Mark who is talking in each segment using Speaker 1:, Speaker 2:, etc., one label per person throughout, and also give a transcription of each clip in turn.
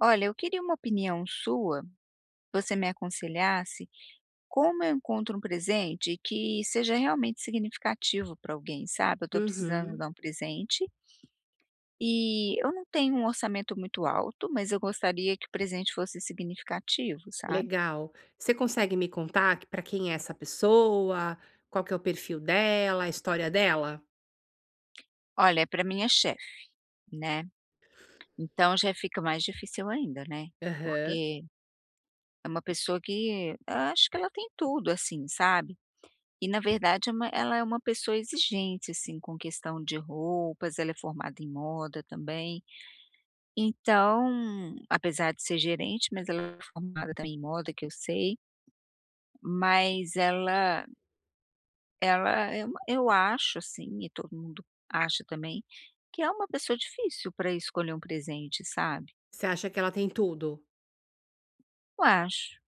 Speaker 1: Olha, eu queria uma opinião sua, você me aconselhasse como eu encontro um presente que seja realmente significativo para alguém, sabe? Eu estou precisando
Speaker 2: Uhum,
Speaker 1: dar um presente e eu não tenho um orçamento muito alto, mas eu gostaria que o presente fosse significativo, sabe?
Speaker 2: legal. Você consegue me contar para quem é essa pessoa? Qual que é o perfil dela, a história dela?
Speaker 1: Olha, é para minha chefe, né? Então já fica mais difícil ainda, né?
Speaker 2: Aham.
Speaker 1: Porque é uma pessoa que eu acho que ela tem tudo, assim, sabe? E na verdade é uma ela é uma pessoa exigente, assim, com questão de roupas, ela é formada em moda também. Então, apesar de ser gerente, mas ela é formada também em moda, que eu sei, mas ela é uma, eu acho, assim, e todo mundo acha também, que é uma pessoa difícil para escolher um presente, sabe?
Speaker 2: Você acha que ela tem tudo?
Speaker 1: Eu acho.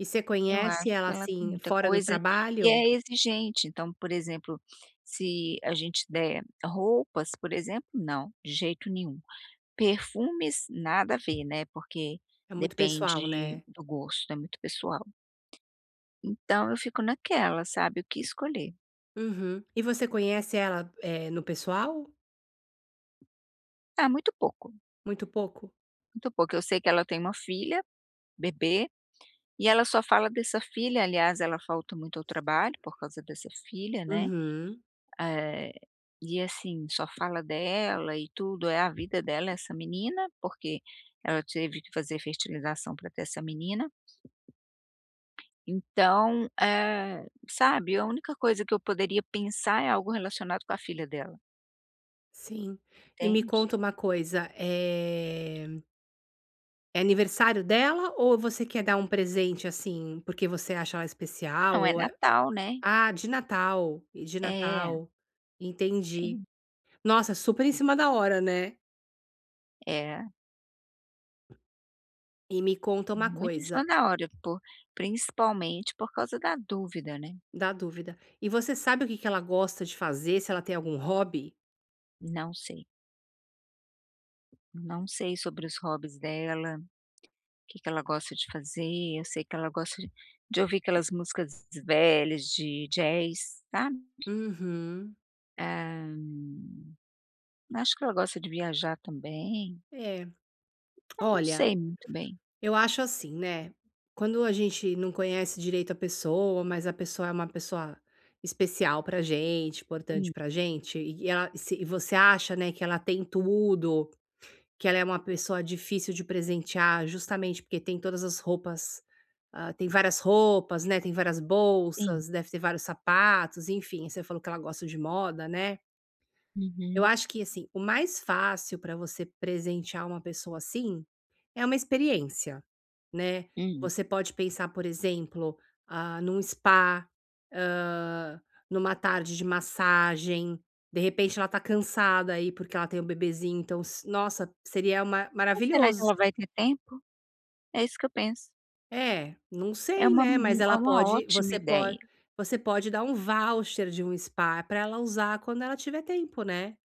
Speaker 2: E você
Speaker 1: Eu
Speaker 2: conhece
Speaker 1: acho
Speaker 2: ela,
Speaker 1: que ela tem
Speaker 2: assim,
Speaker 1: muita
Speaker 2: fora do
Speaker 1: coisa e
Speaker 2: trabalho?
Speaker 1: é exigente. Então, por exemplo, se a gente der roupas, por exemplo, não, de jeito nenhum. Perfumes, nada a ver, né, porque
Speaker 2: É muito pessoal,
Speaker 1: depende
Speaker 2: né?
Speaker 1: do gosto, é muito pessoal. Então eu fico naquela, sabe, o que escolher.
Speaker 2: Uhum. E você conhece ela, no pessoal?
Speaker 1: Ah, muito pouco,
Speaker 2: Muito pouco?
Speaker 1: muito pouco. Eu sei que ela tem uma filha, bebê, e ela só fala dessa filha, aliás, ela falta muito ao trabalho por causa dessa filha, né.
Speaker 2: Uhum,
Speaker 1: Eh, e assim, só fala dela e tudo, é a vida dela essa menina, porque ela teve que fazer fertilização para ter essa menina. Então, sabe, a única coisa que eu poderia pensar é algo relacionado com a filha dela,
Speaker 2: sim. E me
Speaker 1: entende?
Speaker 2: conta uma coisa, é aniversário dela ou você quer dar um presente, assim, porque você acha ela especial
Speaker 1: Não, é
Speaker 2: ou
Speaker 1: Natal, né?
Speaker 2: ah, de Natal, e de
Speaker 1: É,
Speaker 2: Natal, entendi.
Speaker 1: sim,
Speaker 2: Nossa, super em cima da hora, né.
Speaker 1: é
Speaker 2: E me conta uma
Speaker 1: muito em cima
Speaker 2: coisa,
Speaker 1: da hora, por, principalmente por causa da dúvida, né?
Speaker 2: dá dúvida, e você sabe o que que ela gosta de fazer, se ela tem algum hobby?
Speaker 1: Não sei. Não sei sobre os hobbies dela. Que ela gosta de fazer, eu sei que ela gosta de ouvir aquelas músicas velhas de jazz, sabe.
Speaker 2: Uhum.
Speaker 1: Ah, acho que ela gosta de viajar também,
Speaker 2: É,
Speaker 1: eu não
Speaker 2: olha,
Speaker 1: sei muito bem.
Speaker 2: eu acho assim, né, quando a gente não conhece direito a pessoa, mas a pessoa é uma pessoa especial pra gente, importante
Speaker 1: Hum,
Speaker 2: pra gente, e ela se e você acha, né, que ela tem tudo. Que ela é uma pessoa difícil de presentear, justamente porque tem todas as roupas, hã, tem várias roupas, né, tem várias
Speaker 1: sim.
Speaker 2: bolsas, deve ter vários sapatos, enfim, você falou que ela gosta de moda, né. Eu
Speaker 1: Uhum,
Speaker 2: acho que, assim, o mais fácil para você presentear uma pessoa assim, é uma experiência, né.
Speaker 1: hum.
Speaker 2: Você pode pensar, por exemplo, ah, num spa, hã, numa tarde de massagem. De repente, ela tá cansada aí, porque ela tem um bebezinho, então s nossa, seria ma
Speaker 1: Mas será que
Speaker 2: maravilhoso.
Speaker 1: ela vai ter tempo? É isso que eu penso.
Speaker 2: É, não
Speaker 1: É
Speaker 2: sei,
Speaker 1: uma
Speaker 2: né, mas
Speaker 1: mu É
Speaker 2: ela
Speaker 1: uma
Speaker 2: pode
Speaker 1: ótima
Speaker 2: você
Speaker 1: ideia.
Speaker 2: pode, você pode dar um voucher de um spa para ela usar quando ela tiver tempo, né.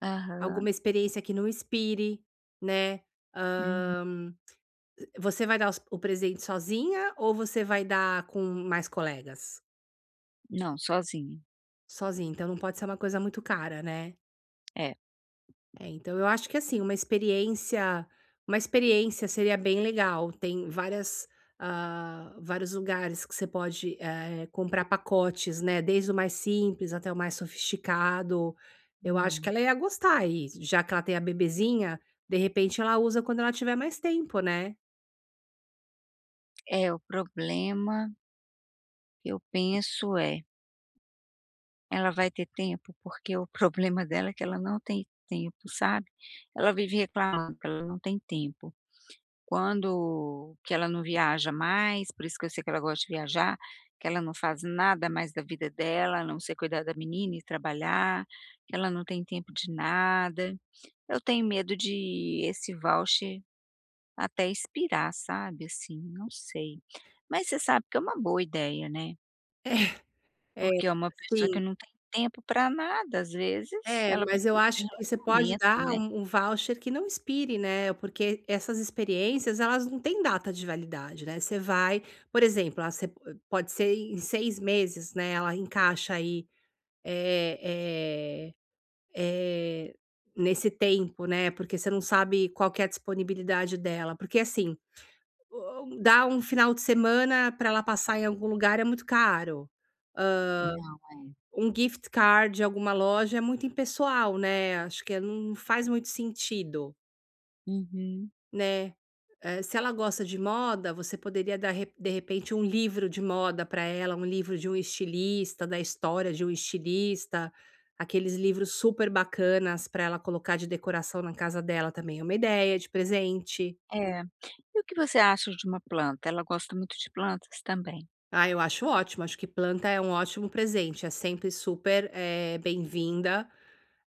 Speaker 1: Aham,
Speaker 2: Alguma experiência que não expire, né.
Speaker 1: uhum.
Speaker 2: Você vai dar os o presente sozinha ou você vai dar com mais colegas?
Speaker 1: Não, sozinha,
Speaker 2: Sozinha, então não pode ser uma coisa muito cara, né.
Speaker 1: é.
Speaker 2: É, então eu acho que, assim, uma experiência seria bem legal. Tem várias, hã, vários lugares que você pode, comprar pacotes, né, desde o mais simples até o mais sofisticado. Eu acho que
Speaker 1: Hum,
Speaker 2: ela ia gostar e já que ela tem a bebezinha, de repente ela usa quando ela tiver mais tempo, né.
Speaker 1: é o problema, eu penso. Ela vai ter tempo, porque o problema dela é que ela não tem tempo, sabe. Ela vive reclamando que ela não tem tempo. Quando que ela não viaja mais, por isso que eu sei que ela gosta de viajar, que ela não faz nada mais da vida dela, a não ser cuidar da menina e trabalhar, que ela não tem tempo de nada. Eu tenho medo de esse voucher até expirar, sabe, assim, não sei. Mas você sabe que é uma boa ideia, né.
Speaker 2: É,
Speaker 1: Porque é uma pessoa que
Speaker 2: assim.
Speaker 1: não tem tempo para nada, às vezes
Speaker 2: É,
Speaker 1: ela
Speaker 2: mas eu
Speaker 1: precisa de
Speaker 2: acho que você pode
Speaker 1: relaxamento,
Speaker 2: dar
Speaker 1: né.
Speaker 2: um voucher que não expire, né, porque essas experiências elas não têm data de validade, né, você vai por exemplo, ah, pode ser em 6 meses, né, ela encaixa aí, eh eh eh, nesse tempo, né, porque você não sabe qual que é a disponibilidade dela, porque assim, o dar um final de semana para ela passar em algum lugar é muito caro.
Speaker 1: Não, é.
Speaker 2: Um gift card de alguma loja é muito impessoal, né, acho que é, não faz muito sentido,
Speaker 1: Uhum.
Speaker 2: né. Se ela gosta de moda, você poderia dar re de repente um livro de moda para ela, um livro de um estilista, da história de um estilista, aqueles livros super bacanas para ela colocar de decoração na casa dela também é uma ideia de presente.
Speaker 1: É. E o que você acha de uma planta? Ela gosta muito de plantas também?
Speaker 2: Ah, eu acho ótimo, acho que planta é um ótimo presente, é sempre super, bem-vinda.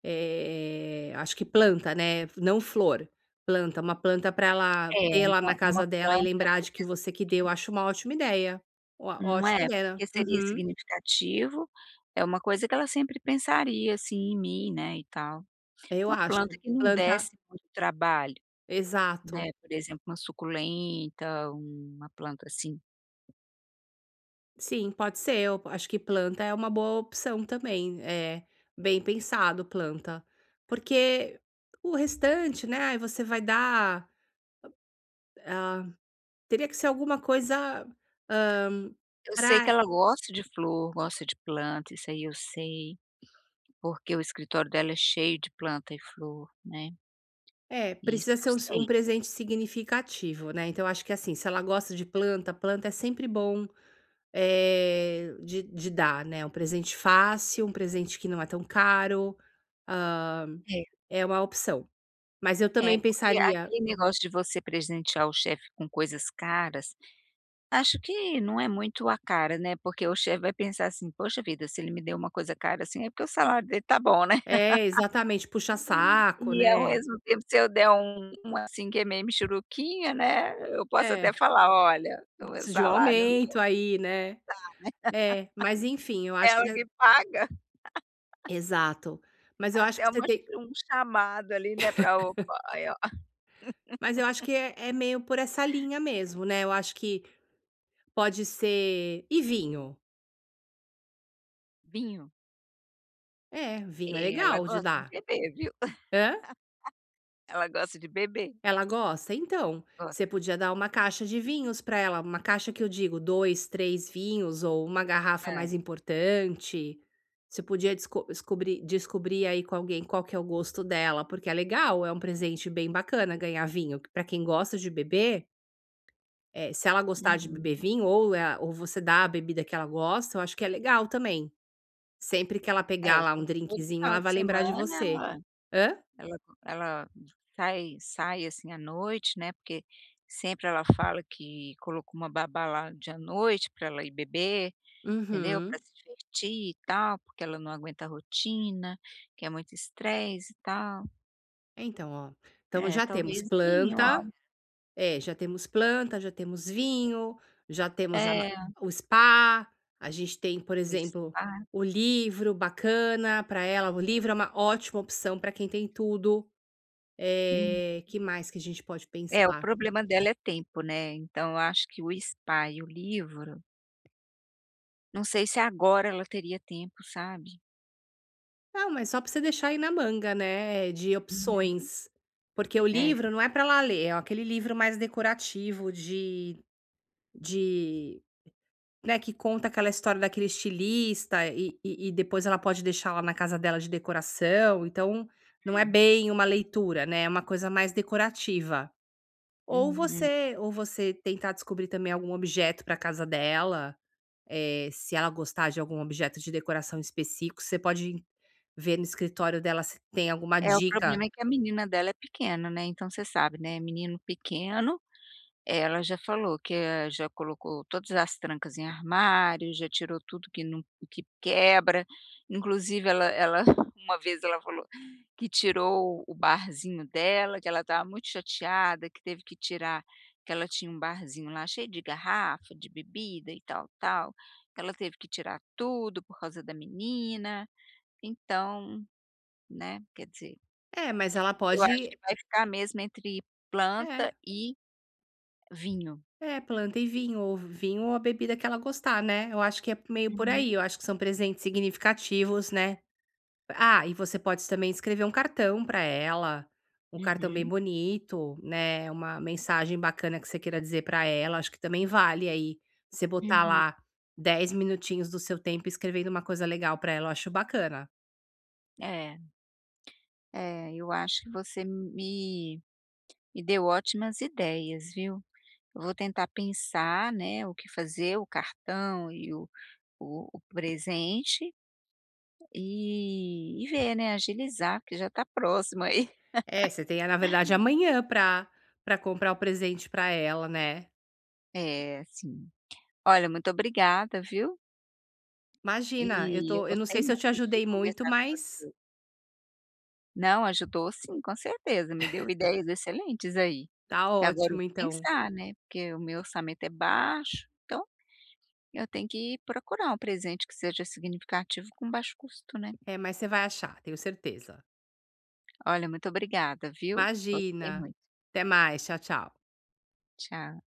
Speaker 2: Acho que planta, né, não flor, planta, uma planta para ela
Speaker 1: É,
Speaker 2: ter lá
Speaker 1: uma
Speaker 2: na casa
Speaker 1: uma
Speaker 2: dela e
Speaker 1: planta,
Speaker 2: lembrar
Speaker 1: por
Speaker 2: de que você
Speaker 1: exemplo,
Speaker 2: que
Speaker 1: que
Speaker 2: deu, acho uma ótima ideia. Ó
Speaker 1: não
Speaker 2: ótima
Speaker 1: é?
Speaker 2: ideia, né?
Speaker 1: Porque seria
Speaker 2: Uhum.
Speaker 1: significativo, é uma coisa que ela sempre pensaria, assim, em mim, né, e tal.
Speaker 2: Eu
Speaker 1: Uma planta
Speaker 2: acho.
Speaker 1: que não
Speaker 2: Planta,
Speaker 1: desse muito trabalho,
Speaker 2: exato.
Speaker 1: né, por exemplo, uma suculenta, uma planta assim.
Speaker 2: Sim, pode ser, eu acho que planta é uma boa opção também, é, bem pensado planta. Porque o restante, né, aí você vai dar, ah, teria que ser alguma coisa, para
Speaker 1: Eu sei que ela gosta de flor, gosta de planta, isso aí eu sei, porque o escritório dela é cheio de planta e flor, né,
Speaker 2: é,
Speaker 1: isso
Speaker 2: precisa
Speaker 1: eu
Speaker 2: ser um s um
Speaker 1: sei.
Speaker 2: presente significativo, né, então acho que, assim, se ela gosta de planta, planta é sempre bom, de dar, né, um presente fácil, um presente que não é tão caro, hã, é uma opção. Mas eu
Speaker 1: É, é
Speaker 2: também
Speaker 1: porque
Speaker 2: pensaria
Speaker 1: aquele negócio de você presentear o chefe com coisas caras, acho que não é muito a cara, né, porque o chefe vai pensar assim: "Poxa vida, se ele me deu uma coisa cara assim, é porque o salário dele tá bom, né".
Speaker 2: é, exatamente, puxa saco,
Speaker 1: E ao
Speaker 2: né.
Speaker 1: mesmo tempo, se eu der um, assim, que é meio mixuruquinha, né, eu posso
Speaker 2: É,
Speaker 1: até falar: "Olha, o meu
Speaker 2: preciso de um
Speaker 1: salário não
Speaker 2: aumento aí, né. É, mas enfim, eu
Speaker 1: é
Speaker 2: acho
Speaker 1: ela
Speaker 2: que é,
Speaker 1: que paga".
Speaker 2: exato. Mas eu acho
Speaker 1: Até
Speaker 2: que você
Speaker 1: uma ch
Speaker 2: tem
Speaker 1: um chamado ali, né, pra, opa, aí ó.
Speaker 2: mas eu acho que é meio por essa linha mesmo, né, eu acho que pode ser e vinho?
Speaker 1: Vinho.
Speaker 2: É, vinho é
Speaker 1: É, ela
Speaker 2: legal de
Speaker 1: gosta de
Speaker 2: dar.
Speaker 1: beber, viu.
Speaker 2: Hã?
Speaker 1: Ela gosta de beber,
Speaker 2: Ela gosta? Então, você
Speaker 1: gosta.
Speaker 2: podia dar uma caixa de vinhos para ela, uma caixa que eu digo, 2, 3 vinhos ou uma garrafa
Speaker 1: Hã.
Speaker 2: mais importante. Você podia descobrir aí com alguém qual que é o gosto dela, porque é legal, é um presente bem bacana ganhar vinho, para quem gosta de beber, se ela gostar de beber
Speaker 1: Uhum.
Speaker 2: vinho ou é ou você dá a bebida que ela gosta, eu acho que é legal também. Sempre que ela
Speaker 1: É,
Speaker 2: pegar
Speaker 1: eu
Speaker 2: lá
Speaker 1: sei
Speaker 2: um
Speaker 1: que todo
Speaker 2: drinkzinho, ela
Speaker 1: final de
Speaker 2: vai lembrar de
Speaker 1: semana
Speaker 2: você. Hã?
Speaker 1: ela ela sai, assim, à noite, né, porque sempre ela fala que colocou uma babá lá de à noite pra ela ir beber, entendeu, pra
Speaker 2: Uhum.
Speaker 1: se divertir e tal, porque ela não aguenta a rotina, que é muito estresse e tal.
Speaker 2: Então, ó, então
Speaker 1: É,
Speaker 2: já temos
Speaker 1: talvez vinho,
Speaker 2: planta.
Speaker 1: olha.
Speaker 2: É, já temos planta, já temos vinho, já temos a ma
Speaker 1: É,
Speaker 2: o spa, a gente tem, por
Speaker 1: um
Speaker 2: exemplo,
Speaker 1: spa.
Speaker 2: o livro bacana para ela, o livro é uma ótima opção para quem tem tudo.
Speaker 1: Hum.
Speaker 2: Que mais que a gente pode
Speaker 1: É, o
Speaker 2: pensar?
Speaker 1: problema dela é tempo, né, então eu acho que o spa e o livro, não sei se agora ela teria tempo, sabe.
Speaker 2: Não, mas só pra você deixar aí na manga, né, de
Speaker 1: Uhum.
Speaker 2: opções. Porque o
Speaker 1: É.
Speaker 2: livro não é pra lá ler, é aquele livro mais decorativo de né, que conta aquela história daquele estilista e depois ela pode deixar lá na casa dela de decoração, então não é bem uma leitura, né, é uma coisa mais decorativa.
Speaker 1: Uhum.
Speaker 2: Ou você tentar descobrir também algum objeto pra casa dela, se ela gostar de algum objeto de decoração específico, você pode ver no escritório dela se tem alguma
Speaker 1: É, o
Speaker 2: dica.
Speaker 1: problema é que a menina dela é pequena, né, então você sabe, né, menino pequeno. É, ela já falou que, já colocou todas as trancas em armário, já tirou tudo que não que quebra, inclusive ela uma vez ela falou que tirou o barzinho dela, que ela estava muito chateada, que teve que tirar, que ela tinha um barzinho lá cheio de garrafa, de bebida e tal, tal, que ela teve que tirar tudo por causa da menina. Então, né, quer dizer,
Speaker 2: É, mas ela
Speaker 1: eu acho que
Speaker 2: pode
Speaker 1: vai ficar mesmo entre planta
Speaker 2: é,
Speaker 1: e vinho.
Speaker 2: é, planta e vinho, ou vinho ou a bebida que ela gostar, né. Eu acho que é meio por
Speaker 1: Uhum,
Speaker 2: aí, eu acho que são presentes significativos, né. Ah, e você pode também escrever um cartão para ela, um cartão bem
Speaker 1: uhum.
Speaker 2: bonito, né, uma mensagem bacana que você queira dizer para ela, acho que também vale aí, você botar
Speaker 1: Uhum.
Speaker 2: lá 10 minutinhos do seu tempo escrevendo uma coisa legal para ela, eu acho bacana.
Speaker 1: É, é, eu acho que você me deu ótimas ideias, viu. Eu vou tentar pensar, né, o que fazer, o cartão e o presente e ver, né, agilizar, porque já está próximo aí.
Speaker 2: É, você tem, na verdade, amanhã pra comprar o presente pra ela, né.
Speaker 1: É, sim. Olha, muito obrigada, viu. E
Speaker 2: Imagina,
Speaker 1: eu
Speaker 2: eu não
Speaker 1: gostei
Speaker 2: sei se eu te
Speaker 1: muito de
Speaker 2: ajudei muito,
Speaker 1: conversar com
Speaker 2: mas
Speaker 1: você. Não, ajudou sim, com certeza, me deu ideias excelentes aí,
Speaker 2: tá
Speaker 1: que agora eu
Speaker 2: ótimo
Speaker 1: vou
Speaker 2: então.
Speaker 1: pensar, né, porque o meu orçamento é baixo, então eu tenho que procurar um presente que seja significativo com baixo custo, né.
Speaker 2: É, mas você vai achar, tenho certeza.
Speaker 1: Olha, muito obrigada, viu. Gostei
Speaker 2: Imagina.
Speaker 1: muito.
Speaker 2: Até mais, tchau, tchau.
Speaker 1: Tchau.